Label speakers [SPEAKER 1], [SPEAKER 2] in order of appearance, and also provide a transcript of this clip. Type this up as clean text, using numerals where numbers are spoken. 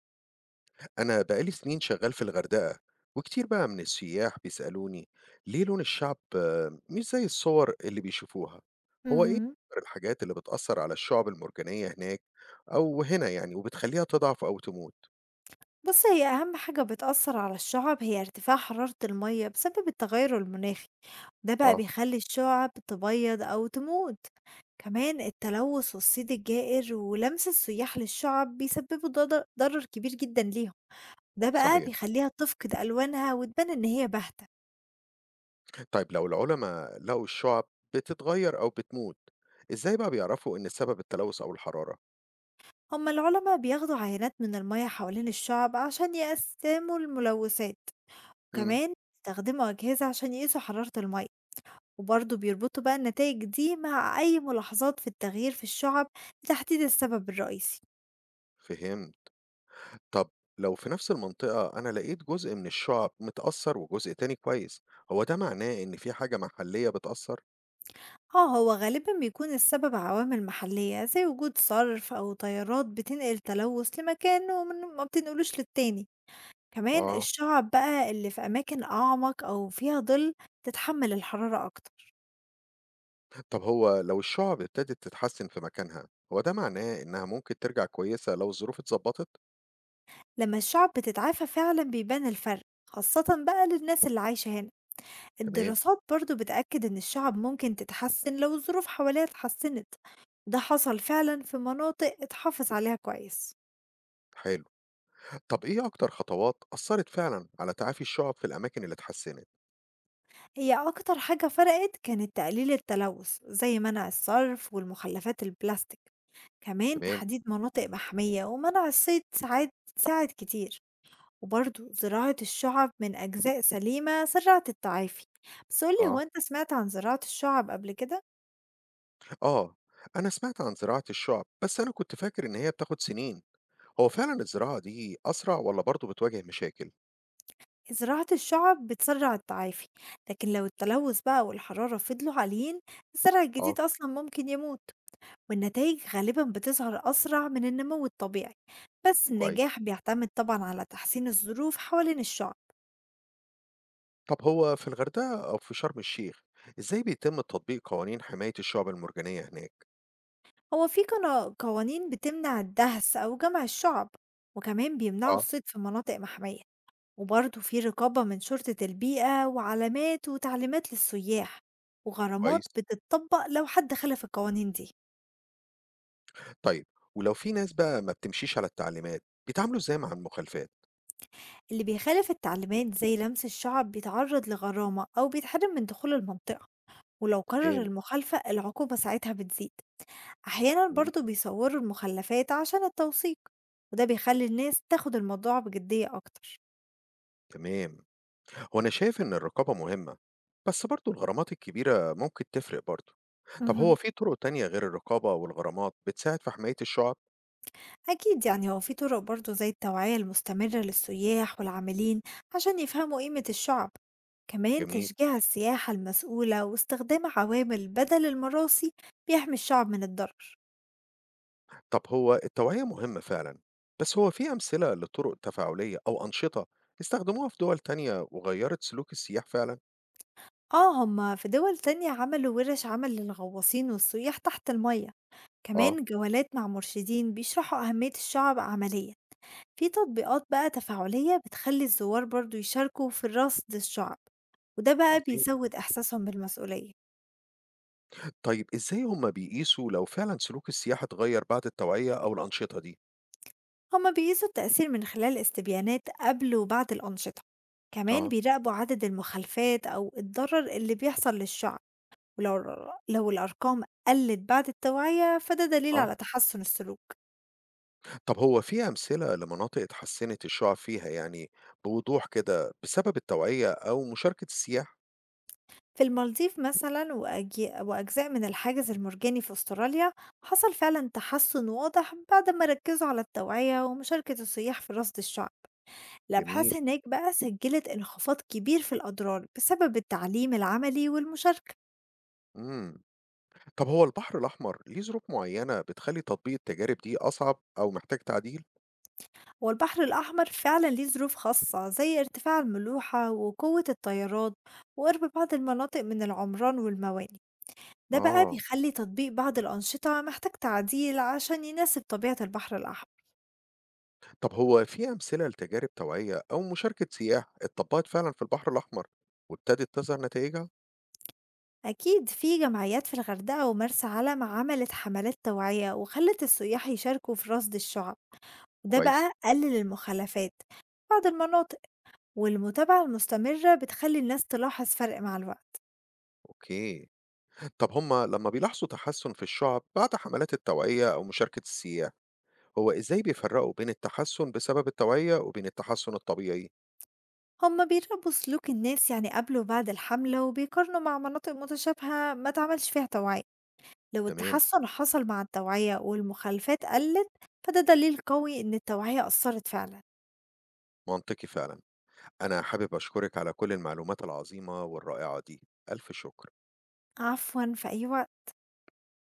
[SPEAKER 1] أنا بقالي سنين شغال في الغردقة، وكتير بقى من السياح بيسألوني ليه لون الشعب، مش زي الصور اللي بيشوفوها. هو إيه
[SPEAKER 2] اهم.
[SPEAKER 1] أكتر الحاجات اللي بتأثر على الشعب المرجانية هناك أو هنا يعني وبتخليها تضعف أو تموت؟
[SPEAKER 2] بُص هي أهم حاجة بتأثّر على الشُّعب هي ارتفاع حرارة المَيّة بسبب التغيُّر المناخي، ده بقى
[SPEAKER 1] آه،
[SPEAKER 2] بيخلّي الشُّعب تبيض أو تموت، كمان التلوث والصيد الجائر ولمس السياح للشُّعب بيسببوا ضرر كبير جدًا ليهم، ده بقى
[SPEAKER 1] صحيح.
[SPEAKER 2] بيخلّيها تفقد ألوانها وتبان إن هي باهتة.
[SPEAKER 1] طيب لو العلماء لقوا الشعب بتتغير أو بتموت، إزاي بقى بيعرفوا إن السبب التلوث أو الحرارة؟
[SPEAKER 2] هُم العُلما بياخدوا عينات من المَيّة حوالين الشُّعب عشان يقسّموا الملوثات،
[SPEAKER 1] مم.
[SPEAKER 2] وكمان بيستخدموا أجهزة عشان يقيسوا حرارة المَيّة. وبرضه بيربطوا بقى النتائج دي مع أي ملاحظات في التغيير في الشعب لتحديد السبب الرئيسي.
[SPEAKER 1] فهمت. طب لو في نفس المنطقة أنا لقيت جزء من الشعب متأثر وجزء تاني كويس، هو ده معناه إن في حاجة محلية بتأثر؟
[SPEAKER 2] اه، هو غالبا بيكون السبب عوامل محلية زي وجود صرف أو طيارات بتنقل تلوث لمكان وما بتنقلوش للتاني. كمان
[SPEAKER 1] آه.
[SPEAKER 2] الشعب بقى اللي في أماكن أعمق أو فيها ظل تتحمل الحرارة أكتر.
[SPEAKER 1] طب هو لو الشعب ابتدت تتحسن في مكانها، هو ده معناه إنها ممكن ترجع كويسة لو الظروف اتظبطت؟
[SPEAKER 2] لما الشعب بتتعافى فعلا بيبان الفرق، خاصة بقى للناس اللي عايشة هنا.
[SPEAKER 1] تمام،
[SPEAKER 2] الدراسات برضه بتأكد إن الشعب ممكن تتحسن لو الظروف حواليها اتحسنت، ده حصل فعلا في مناطق اتحافظ عليها كويس.
[SPEAKER 1] حلو. طب إيه أكتر خطوات أثرت فعلا على تعافي الشعب في الأماكن اللي اتحسنت؟
[SPEAKER 2] هي أكتر حاجة فرقت كانت تقليل التلوث زي منع الصرف والمخلفات البلاستيك، كمان
[SPEAKER 1] تمام،
[SPEAKER 2] تحديد مناطق محمية ومنع الصيد ساعد ساعد كتير. وبرضه زراعة الشعب من أجزاء سليمة سرعت التعافي. بس قولي، هو
[SPEAKER 1] آه،
[SPEAKER 2] أنت سمعت عن زراعة الشعب قبل كده؟
[SPEAKER 1] آه، أنا سمعت عن زراعة الشعب، بس أنا كنت فاكر إن هي بتاخد سنين، هو فعلا الزراعة دي أسرع ولا برضه بتواجه مشاكل؟
[SPEAKER 2] زراعة الشعب بتسرع التعافي، لكن لو التلوث بقى والحرارة فضلوا عاليين الزرع
[SPEAKER 1] آه،
[SPEAKER 2] الجديد أصلا ممكن يموت. والنتائج غالبا بتظهر أسرع من النمو الطبيعي، بس
[SPEAKER 1] كويس.
[SPEAKER 2] النجاح بيعتمد طبعا على تحسين الظروف حوالين الشعب.
[SPEAKER 1] طب هو في الغردقة أو في شرم الشيخ، إزاي بيتم تطبيق قوانين حماية الشعب المرجانية هناك؟
[SPEAKER 2] هو في قوانين بتمنع الدهس أو جمع الشعب، وكمان بيمنعوا
[SPEAKER 1] اه،
[SPEAKER 2] الصيد في مناطق محمية، وبرضه في رقابة من شرطة البيئة وعلامات وتعليمات للسياح، وغرامات
[SPEAKER 1] كويس.
[SPEAKER 2] بتطبق لو حد خالف القوانين دي.
[SPEAKER 1] طيب ولو في ناس بقى ما بتمشيش على التعليمات، بيتعاملوا إزاي مع المخالفات؟
[SPEAKER 2] اللي بيخالف التعليمات زي لمس الشعب بيتعرض لغرامة أو بيتحرم من دخول المنطقة، ولو كرر
[SPEAKER 1] تمام.
[SPEAKER 2] المخالفة العقوبة ساعتها بتزيد. أحيانا
[SPEAKER 1] مم،
[SPEAKER 2] برضو بيصوروا المخلفات عشان التوثيق، وده بيخلي الناس تاخد الموضوع بجدية أكتر.
[SPEAKER 1] تمام. هو أنا شايف إن الرقابة مهمة، بس برضو الغرامات الكبيرة ممكن تفرق برضو. طب هو
[SPEAKER 2] مهم.
[SPEAKER 1] في طرق تانية غير الرقابة والغرامات بتساعد في حماية الشعب؟
[SPEAKER 2] أكيد يعني هو في طرق برضو زي التوعية المستمرة للسياح والعاملين عشان يفهموا قيمة الشعب، كمان
[SPEAKER 1] جميل.
[SPEAKER 2] تشجيع السياحة المسؤولة واستخدام عوامل بدل المراسي بيحمي الشعب من الضرر.
[SPEAKER 1] طب هو التوعية مهمة فعلا، بس هو في أمثلة لطرق تفاعلية أو أنشطة استخدموها في دول تانية وغيرت سلوك السياح فعلا؟
[SPEAKER 2] آه، هم في دول تانية عملوا ورش عمل للغواصين والسياح تحت المية،
[SPEAKER 1] آه،
[SPEAKER 2] كمان جولات مع مرشدين بيشرحوا أهمية الشعب عمليا، في تطبيقات بقى تفاعلية بتخلي الزوار برضو يشاركوا في رصد الشعب، وده بقى
[SPEAKER 1] عظيم.
[SPEAKER 2] بيزود إحساسهم بالمسؤولية.
[SPEAKER 1] طيب إزاي هم بيقيسوا لو فعلا سلوك السياح اتغير بعد التوعية أو الأنشطة دي؟
[SPEAKER 2] هما بيقيسوا التأثير من خلال استبيانات قبل وبعد الأنشطة، كمان
[SPEAKER 1] آه،
[SPEAKER 2] بيراقبوا عدد المخالفات أو الضرر اللي بيحصل للشعب، ولو الأرقام قلت بعد التوعية فده دليل
[SPEAKER 1] آه.
[SPEAKER 2] على تحسن السلوك.
[SPEAKER 1] طب هو في أمثلة لمناطق اتحسنت الشعب فيها، يعني بوضوح كده، بسبب التوعية أو مشاركة السياح؟
[SPEAKER 2] في المالديف مثلًا وأجزاء من الحاجز المرجاني في أستراليا، حصل فعلًا تحسُّن واضح بعد ما ركّزوا على التوعية ومشاركة السياح في رصد الشعب.
[SPEAKER 1] جميل.
[SPEAKER 2] الأبحاث هناك بقى سجّلت انخفاض كبير في الأضرار بسبب التعليم العملي والمشاركة.
[SPEAKER 1] مم. طب هو البحر الأحمر ليه ظروف معينة بتخلي تطبيق التجارب دي أصعب أو محتاج تعديل؟
[SPEAKER 2] والبحر الأحمر فعلًا ليه ظروف خاصة زي ارتفاع الملوحة وقوة التيارات وقرب بعض المناطق من العمران والموانئ. ده بقى
[SPEAKER 1] آه.
[SPEAKER 2] بيخلّي تطبيق بعض الأنشطة محتاج تعديل عشان يناسب طبيعة البحر الأحمر.
[SPEAKER 1] طب هو في أمثلة لتجارب توعية أو مشاركة سياح اتطبقت فعلا في البحر الأحمر وابتدت تظهر نتائجها؟
[SPEAKER 2] أكيد في جمعيات في الغردقة ومرسى علم عملت حملات توعية وخلت السياح يشاركوا في رصد الشعب، وده
[SPEAKER 1] كويس.
[SPEAKER 2] بقى قلل المخالفات في بعض المناطق، والمتابعة المستمرة بتخلي الناس تلاحظ فرق مع الوقت.
[SPEAKER 1] أوكي. طب هما لما بيلاحظوا تحسن في الشعب بعد حملات التوعية أو مشاركة السياح، هو إزاي بيفرقوا بين التحسن بسبب التوعية وبين التحسن الطبيعي؟
[SPEAKER 2] هما بيراقبوا سلوك الناس يعني قبل وبعد الحملة وبيقارنوا مع مناطق متشابهة ما تعملش فيها توعية، لو
[SPEAKER 1] تمام.
[SPEAKER 2] التحسن حصل مع التوعية والمخالفات قلت فده دليل قوي إن التوعية أثرت فعلا.
[SPEAKER 1] منطقي فعلا. أنا حابب أشكرك على كل المعلومات العظيمة والرائعة دي، ألف شكر.
[SPEAKER 2] عفوا، في أي وقت.